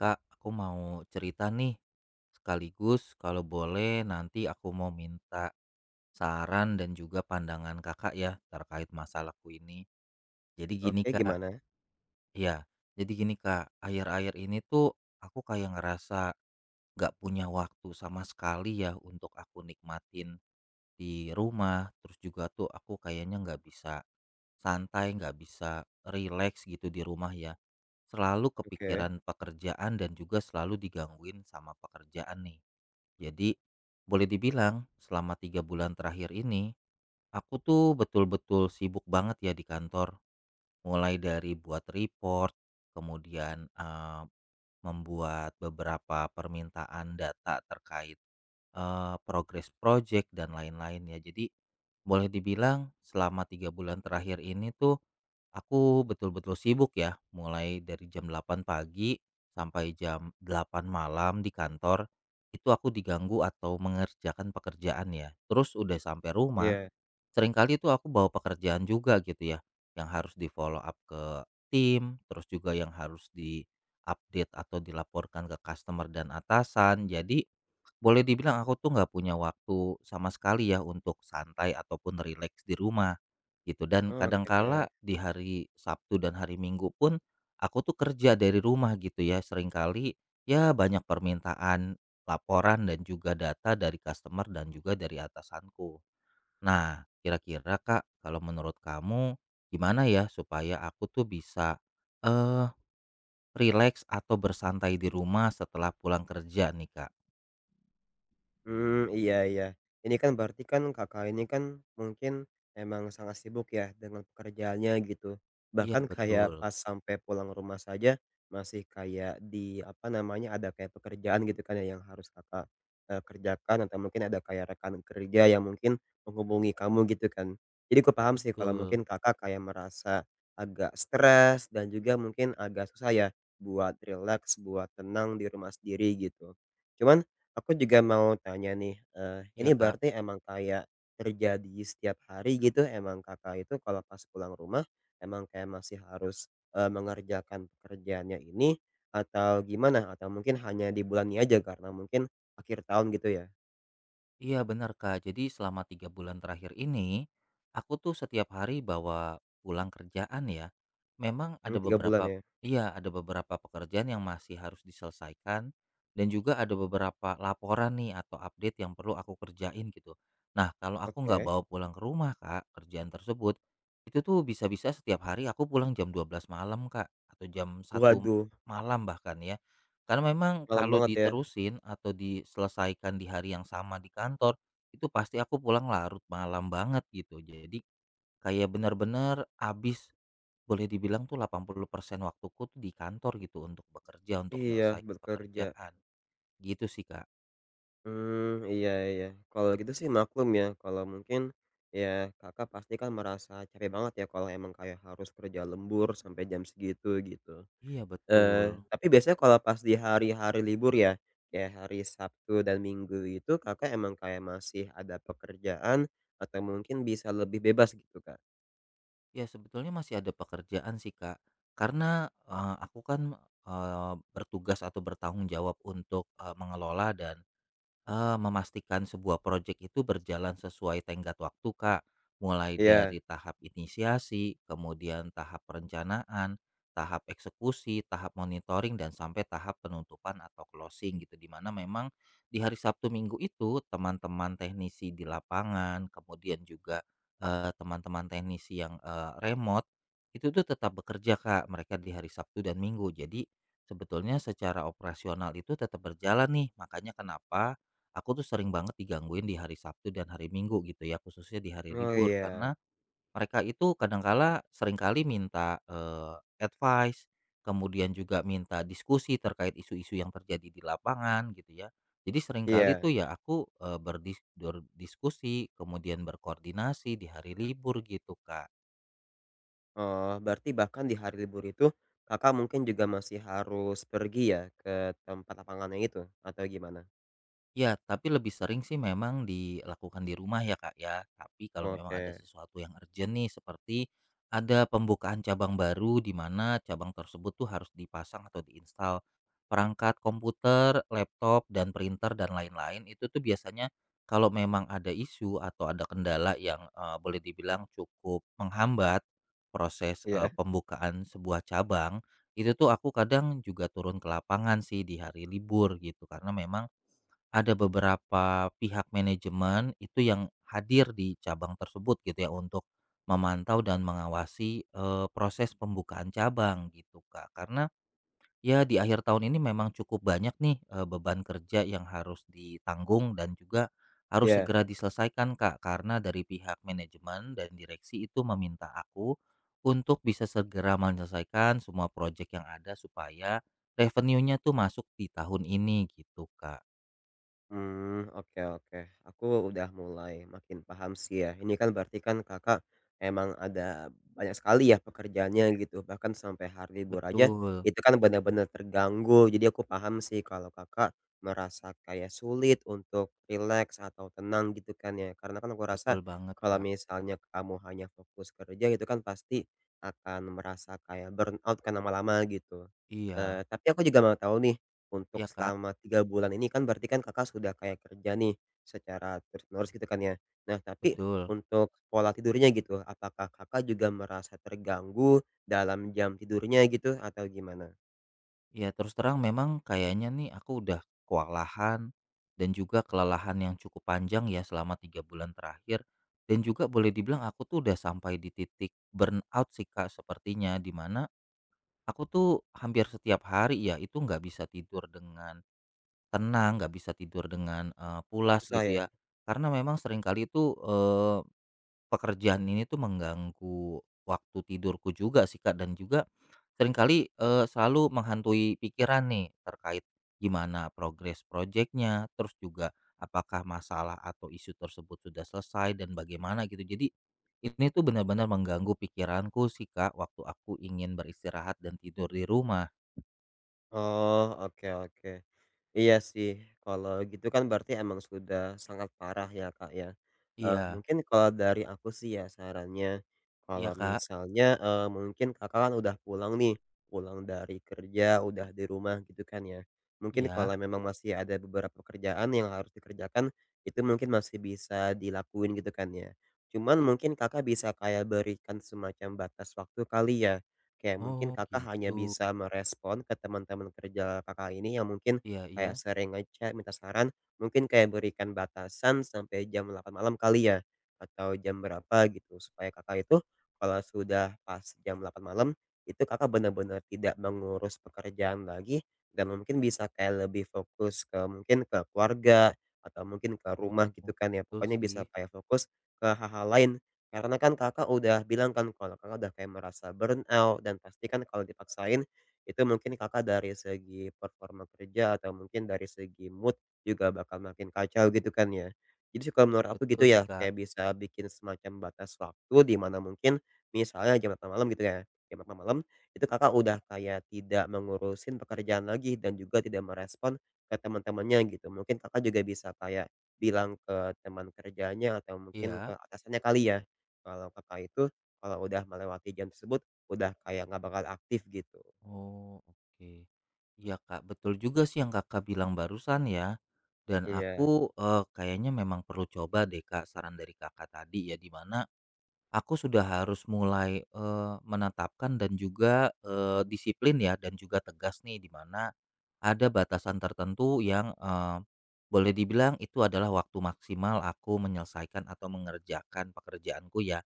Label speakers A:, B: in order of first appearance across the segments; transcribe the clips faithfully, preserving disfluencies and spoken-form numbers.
A: Kak, aku mau cerita nih. Sekaligus kalau boleh nanti aku mau minta saran dan juga pandangan Kakak ya terkait masalahku ini. Jadi gini
B: Oke,
A: Kak,
B: gimana?
A: ya. Jadi gini Kak, akhir-akhir ini tuh aku kayak ngerasa nggak punya waktu sama sekali ya untuk aku nikmatin di rumah. Terus juga tuh aku kayaknya nggak bisa santai, nggak bisa rileks gitu di rumah ya. Selalu
B: Oke,
A: kepikiran pekerjaan dan juga selalu digangguin sama pekerjaan nih. Jadi boleh dibilang selama tiga bulan terakhir ini aku tuh betul-betul sibuk banget ya di kantor. Mulai dari buat report, kemudian eh, membuat beberapa permintaan data terkait eh, progress project dan lain-lain ya. Jadi boleh dibilang selama tiga bulan terakhir ini tuh aku betul-betul sibuk ya, mulai dari jam delapan pagi sampai jam delapan malam di kantor, itu aku diganggu atau mengerjakan pekerjaan ya. Terus udah sampai rumah
B: iya,
A: seringkali itu aku bawa pekerjaan juga gitu ya, yang harus di-follow up ke tim, terus juga yang harus di-update atau dilaporkan ke customer dan atasan. Jadi boleh dibilang aku tuh nggak punya waktu sama sekali ya untuk santai ataupun rileks di rumah gitu dan
B: oke.
A: kadangkala di hari Sabtu dan hari Minggu pun aku tuh kerja dari rumah gitu ya seringkali ya banyak permintaan laporan dan juga data dari customer dan juga dari atasanku. Nah, kira-kira Kak, kalau menurut kamu gimana ya supaya aku tuh bisa, eee, rileks atau bersantai di rumah setelah pulang kerja nih, Kak?
B: Hmm iya iya. Ini kan berarti kan Kakak ini kan mungkin emang sangat sibuk ya dengan pekerjaannya gitu.
A: Iya
B: Bahkan kayak
A: betul
B: pas sampai pulang rumah saja masih kayak di apa namanya, ada kayak pekerjaan gitu kan ya yang harus Kakak, eee, kerjakan atau mungkin ada kayak rekan kerja yang mungkin menghubungi kamu gitu kan. Jadi aku paham sih kalau
A: betul,
B: mungkin Kakak kayak merasa agak stres dan juga mungkin agak susah ya buat relax buat tenang di rumah sendiri gitu. Cuman Aku juga mau tanya nih, eee,
A: iya
B: ini
A: Kak.
B: berarti emang kayak terjadi setiap hari gitu emang Kakak itu kalau pas pulang rumah, emang kayak masih harus, eee, mengerjakan pekerjaannya ini atau gimana? Atau mungkin hanya di bulan ini aja karena mungkin akhir tahun gitu ya?
A: Iya benar Kak, jadi selama tiga bulan terakhir ini, aku tuh setiap hari bawa pulang kerjaan ya. Memang ada
B: Mmm, tiga bulan
A: beberapa,
B: ya?
A: iya ada beberapa pekerjaan yang masih harus diselesaikan dan juga ada beberapa laporan nih atau update yang perlu aku kerjain gitu. Nah kalau aku nggak
B: Oke.
A: bawa pulang ke rumah Kak, kerjaan tersebut, itu tuh bisa-bisa setiap hari aku pulang jam dua belas malam Kak, atau jam satu
B: Waduh,
A: malam bahkan ya. Karena memang
B: malam
A: kalau
B: banget ya?
A: diterusin atau diselesaikan di hari yang sama di kantor, itu pasti aku pulang larut malam banget gitu. Jadi kayak benar-benar abis boleh dibilang tuh delapan puluh persen waktuku tuh di kantor gitu untuk bekerja, untuk
B: Iya,
A: nyelesain
B: bekerja.
A: pekerjaan. Gitu sih, Kak.
B: Mmm, iya iya. Kalau gitu sih maklum ya, kalau mungkin ya Kakak pasti kan merasa capek banget ya kalau emang kayak harus kerja lembur sampai jam segitu gitu.
A: Iya,
B: Eee,
A: betul.
B: tapi biasanya kalau pas di hari-hari libur ya, kayak hari Sabtu dan Minggu itu Kakak emang kayak masih ada pekerjaan atau mungkin bisa lebih bebas gitu, Kak?
A: Ya sebetulnya masih ada pekerjaan sih, Kak. Karena eh, aku kan eh, bertugas atau bertanggung jawab untuk eh, mengelola dan Eee, memastikan sebuah proyek itu berjalan sesuai tenggat waktu, Kak. Mulai dari
B: Iya.
A: tahap inisiasi, kemudian tahap perencanaan, tahap eksekusi, tahap monitoring, dan sampai tahap penutupan atau closing gitu. Dimana memang di hari Sabtu Minggu itu teman-teman teknisi di lapangan, kemudian juga, eee, teman-teman teknisi yang, eee, remote, itu tuh tetap bekerja, Kak, mereka di hari Sabtu dan Minggu. Jadi sebetulnya secara operasional itu tetap berjalan nih, makanya kenapa aku tuh sering banget digangguin di hari Sabtu dan hari Minggu gitu ya, khususnya di hari
B: Oh
A: libur
B: iya,
A: karena mereka itu kadangkala seringkali minta, eee, advice, kemudian juga minta diskusi terkait isu-isu yang terjadi di lapangan gitu ya. Jadi seringkali
B: iya.
A: tuh ya aku, eee, berdis berdiskusi kemudian berkoordinasi di hari libur gitu, Kak.
B: Oh, berarti bahkan di hari libur itu Kakak mungkin juga masih harus pergi ya ke tempat lapangannya itu atau gimana?
A: Ya, tapi lebih sering sih memang dilakukan di rumah ya, Kak, ya. Tapi kalau memang ada
B: Oke,
A: sesuatu yang urgent nih seperti ada pembukaan cabang baru di mana cabang tersebut tuh harus dipasang atau diinstal perangkat komputer, laptop dan printer dan lain-lain. Itu tuh biasanya kalau memang ada isu atau ada kendala yang eh, boleh dibilang cukup menghambat proses eh,
B: iya
A: pembukaan sebuah cabang, itu tuh aku kadang juga turun ke lapangan sih di hari libur gitu karena memang ada beberapa pihak manajemen itu yang hadir di cabang tersebut gitu ya untuk memantau dan mengawasi, eee, proses pembukaan cabang gitu, Kak. Karena ya di akhir tahun ini memang cukup banyak nih, eee, beban kerja yang harus ditanggung dan juga harus
B: iya,
A: segera diselesaikan, Kak. Karena dari pihak manajemen dan direksi itu meminta aku untuk bisa segera menyelesaikan semua proyek yang ada supaya revenue-nya tuh masuk di tahun ini gitu, Kak.
B: hmm, oke oke. Aku udah mulai makin paham sih ya, ini kan berarti kan Kakak emang ada banyak sekali ya pekerjaannya gitu, bahkan sampai hari libur aja
A: Betul.
B: itu kan benar-benar terganggu. Jadi aku paham sih kalau Kakak merasa kayak sulit untuk rileks atau tenang gitu kan ya, karena kan aku rasa
A: Betul banget,
B: kalau
A: Kak.
B: misalnya kamu hanya fokus kerja itu kan pasti akan merasa kayak burnout kan lama-lama gitu.
A: Iya.
B: Eh, tapi aku juga mau tahu nih, Untuk
A: Iya, Kak,
B: selama tiga bulan ini kan berarti kan Kakak sudah kayak kerja nih secara terus-menerus gitu kan ya. Nah tapi
A: betul.
B: untuk pola tidurnya gitu, apakah Kakak juga merasa terganggu dalam jam tidurnya gitu atau gimana?
A: Ya, terus terang memang kayaknya nih aku udah kewalahan dan juga kelelahan yang cukup panjang ya selama tiga bulan terakhir dan juga boleh dibilang aku tuh udah sampai di titik burnout sih, Kak, sepertinya di mana aku tuh hampir setiap hari ya itu nggak bisa tidur dengan tenang, nggak bisa tidur dengan, eee, pulas
B: Susah ya?
A: gitu ya. Karena memang seringkali itu, eee pekerjaan ini tuh mengganggu waktu tidurku juga sih, Kak, dan juga seringkali, eee, selalu menghantui pikiran nih terkait gimana progres proyeknya, terus juga apakah masalah atau isu tersebut sudah selesai dan bagaimana gitu. Jadi ini tuh benar-benar mengganggu pikiranku sih, Kak, waktu aku ingin beristirahat dan tidur di rumah.
B: Oh, oke oke. Iya sih, kalau gitu kan berarti emang sudah sangat parah ya, Kak, ya. Eee,
A: Iya.
B: mungkin kalau dari aku sih ya sarannya,
A: Iya,
B: kalau
A: Kak.
B: misalnya, eee, mungkin Kakak kan udah pulang nih, pulang dari kerja, udah di rumah gitu kan ya. Mungkin
A: Iya.
B: kalau memang masih ada beberapa pekerjaan yang harus dikerjakan, itu mungkin masih bisa dilakuin gitu kan ya. Cuman mungkin Kakak bisa kayak berikan semacam batas waktu kali ya, kayak mungkin
A: Oh,
B: Kakak hanya
A: gitu.
B: bisa merespon ke teman-teman kerja Kakak ini yang mungkin
A: Iya
B: kayak
A: iya.
B: sering ngechat minta saran, mungkin kayak berikan batasan sampai jam delapan malam kali ya, atau jam berapa gitu. Supaya Kakak itu kalau sudah pas jam delapan malam, itu Kakak benar-benar tidak mengurus pekerjaan lagi dan mungkin bisa kayak lebih fokus ke mungkin ke keluarga atau mungkin ke
A: Oh,
B: rumah gitu
A: oh,
B: kan ya.
A: betul
B: Pokoknya
A: sih.
B: bisa kayak fokus ke hal-hal lain. Karena kan Kakak udah bilang kan kalau Kakak udah kayak merasa burnout dan pasti kan kalau dipaksain itu mungkin Kakak dari segi performa kerja atau mungkin dari segi mood juga bakal makin kacau gitu kan ya. Jadi suka menurut aku
A: Betul
B: gitu
A: sih,
B: ya,
A: Kak.
B: kayak bisa bikin semacam batas waktu di mana mungkin misalnya jam delapan malam gitu ya, jam delapan malam itu Kakak udah kayak tidak mengurusin pekerjaan lagi dan juga tidak merespon ke teman-temannya gitu. Mungkin Kakak juga bisa kayak bilang ke teman kerjanya atau mungkin ke
A: Iya.
B: atasannya kali ya, kalau Kakak itu kalau udah melewati jam tersebut udah kayak nggak bakal aktif gitu.
A: Oh, oke. Iya, Kak, betul juga sih yang Kakak bilang barusan ya. Dan
B: Iya
A: aku eh, kayaknya memang perlu coba deh Kak saran dari Kakak tadi ya di mana aku sudah harus mulai eh, menetapkan dan juga eh, disiplin ya dan juga tegas nih di mana ada batasan tertentu yang eh, boleh dibilang itu adalah waktu maksimal aku menyelesaikan atau mengerjakan pekerjaanku ya.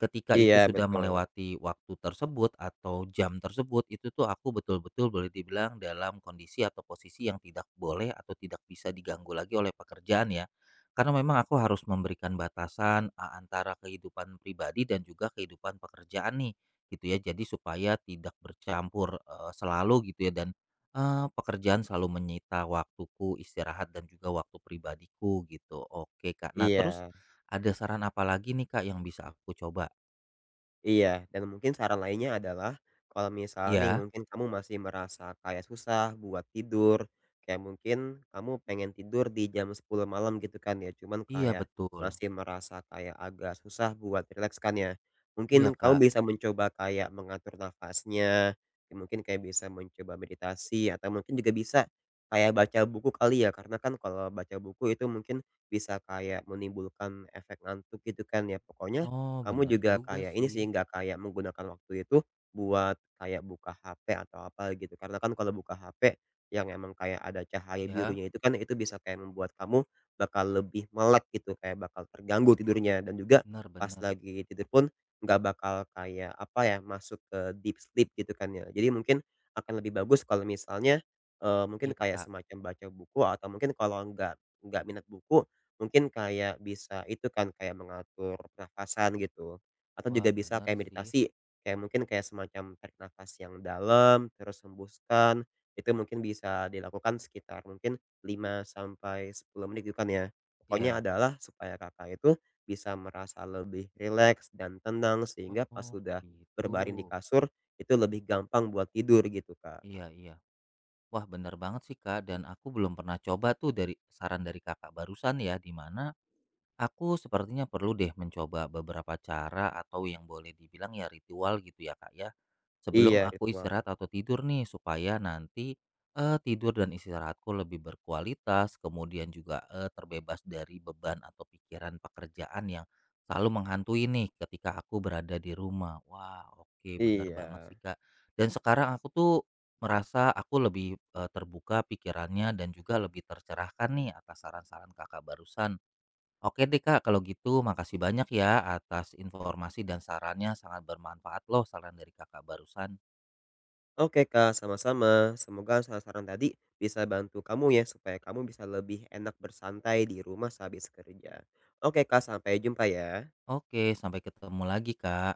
A: Ketika itu
B: iya
A: sudah
B: betul,
A: melewati waktu tersebut atau jam tersebut, itu tuh aku betul-betul boleh dibilang dalam kondisi atau posisi yang tidak boleh atau tidak bisa diganggu lagi oleh pekerjaan ya. Karena memang aku harus memberikan batasan a- antara kehidupan pribadi dan juga kehidupan pekerjaan nih gitu ya. Jadi supaya tidak bercampur eh, selalu gitu ya dan eh, pekerjaan selalu menyita waktuku istirahat dan juga waktu pribadiku gitu. Oke Kak. Nah, terus
B: iya.
A: ada saran apa lagi nih Kak yang bisa aku coba?
B: Iya, dan mungkin saran lainnya adalah, kalau misal nih
A: Iya,
B: mungkin kamu masih merasa kayak susah buat tidur, kayak mungkin kamu pengen tidur di jam sepuluh malam gitu kan ya, cuman
A: iya
B: kayak
A: betul.
B: masih merasa kayak agak susah buat rileks kan ya.
A: Iya,
B: Mungkin kamu
A: Kak.
B: bisa mencoba kayak mengatur nafasnya, ya mungkin kayak bisa mencoba meditasi atau mungkin juga bisa kayak baca buku kali ya, karena kan kalau baca buku itu mungkin bisa kayak menimbulkan efek ngantuk gitu kan ya. Pokoknya
A: Oh,
B: kamu
A: benar
B: juga
A: juga
B: kayak ini
A: sih.
B: sih, nggak kayak menggunakan waktu itu buat kayak buka H P atau apa gitu. Karena kan kalau buka H P yang emang kayak ada cahaya
A: Ya,
B: birunya itu kan itu bisa kayak membuat kamu bakal lebih melek gitu, kayak bakal terganggu tidurnya dan juga pas
A: benar-benar ya.
B: lagi tidur pun nggak bakal kayak apa ya, masuk ke deep sleep gitu kan ya. Jadi mungkin akan lebih bagus kalau misalnya, eee, mungkin
A: Iya,
B: kayak
A: Kak.
B: semacam baca buku atau mungkin kalau nggak nggak minat buku Mungkin kayak bisa itu kan, kayak mengatur pernafasan gitu, atau
A: Wah,
B: juga bisa
A: benar
B: kayak
A: sih.
B: meditasi, kayak mungkin kayak semacam tarik nafas yang dalam, terus hembuskan, itu mungkin bisa dilakukan sekitar mungkin lima sampai sepuluh menit gitu kan ya. Pokoknya
A: Iya.
B: adalah supaya Kakak itu bisa merasa lebih rileks dan tenang sehingga pas
A: Oh,
B: sudah
A: gitu.
B: berbaring di kasur, itu lebih gampang buat tidur gitu, Kak.
A: Iya, iya. Wah, benar banget sih, Kak, dan aku belum pernah coba tuh dari saran dari Kakak barusan ya, di mana aku sepertinya perlu deh mencoba beberapa cara atau yang boleh dibilang ya ritual gitu ya kak ya. Sebelum
B: Iya,
A: aku istirahat
B: ritual.
A: atau tidur nih supaya nanti eh, tidur dan istirahatku lebih berkualitas. Kemudian juga eh, terbebas dari beban atau pikiran pekerjaan yang selalu menghantui nih ketika aku berada di rumah. Wah oke bener banget
B: Iya.
A: sih kak. Dan sekarang aku tuh merasa aku lebih eh, terbuka pikirannya dan juga lebih tercerahkan nih atas saran-saran kakak barusan. Oke deh Kak, kalau gitu makasih banyak ya atas informasi dan sarannya sangat bermanfaat loh saran dari Kakak barusan.
B: Oke Kak, sama-sama. Semoga saran-saran tadi bisa bantu kamu ya, supaya kamu bisa lebih enak bersantai di rumah sehabis kerja. Oke Kak, sampai jumpa ya.
A: Oke, sampai ketemu lagi Kak.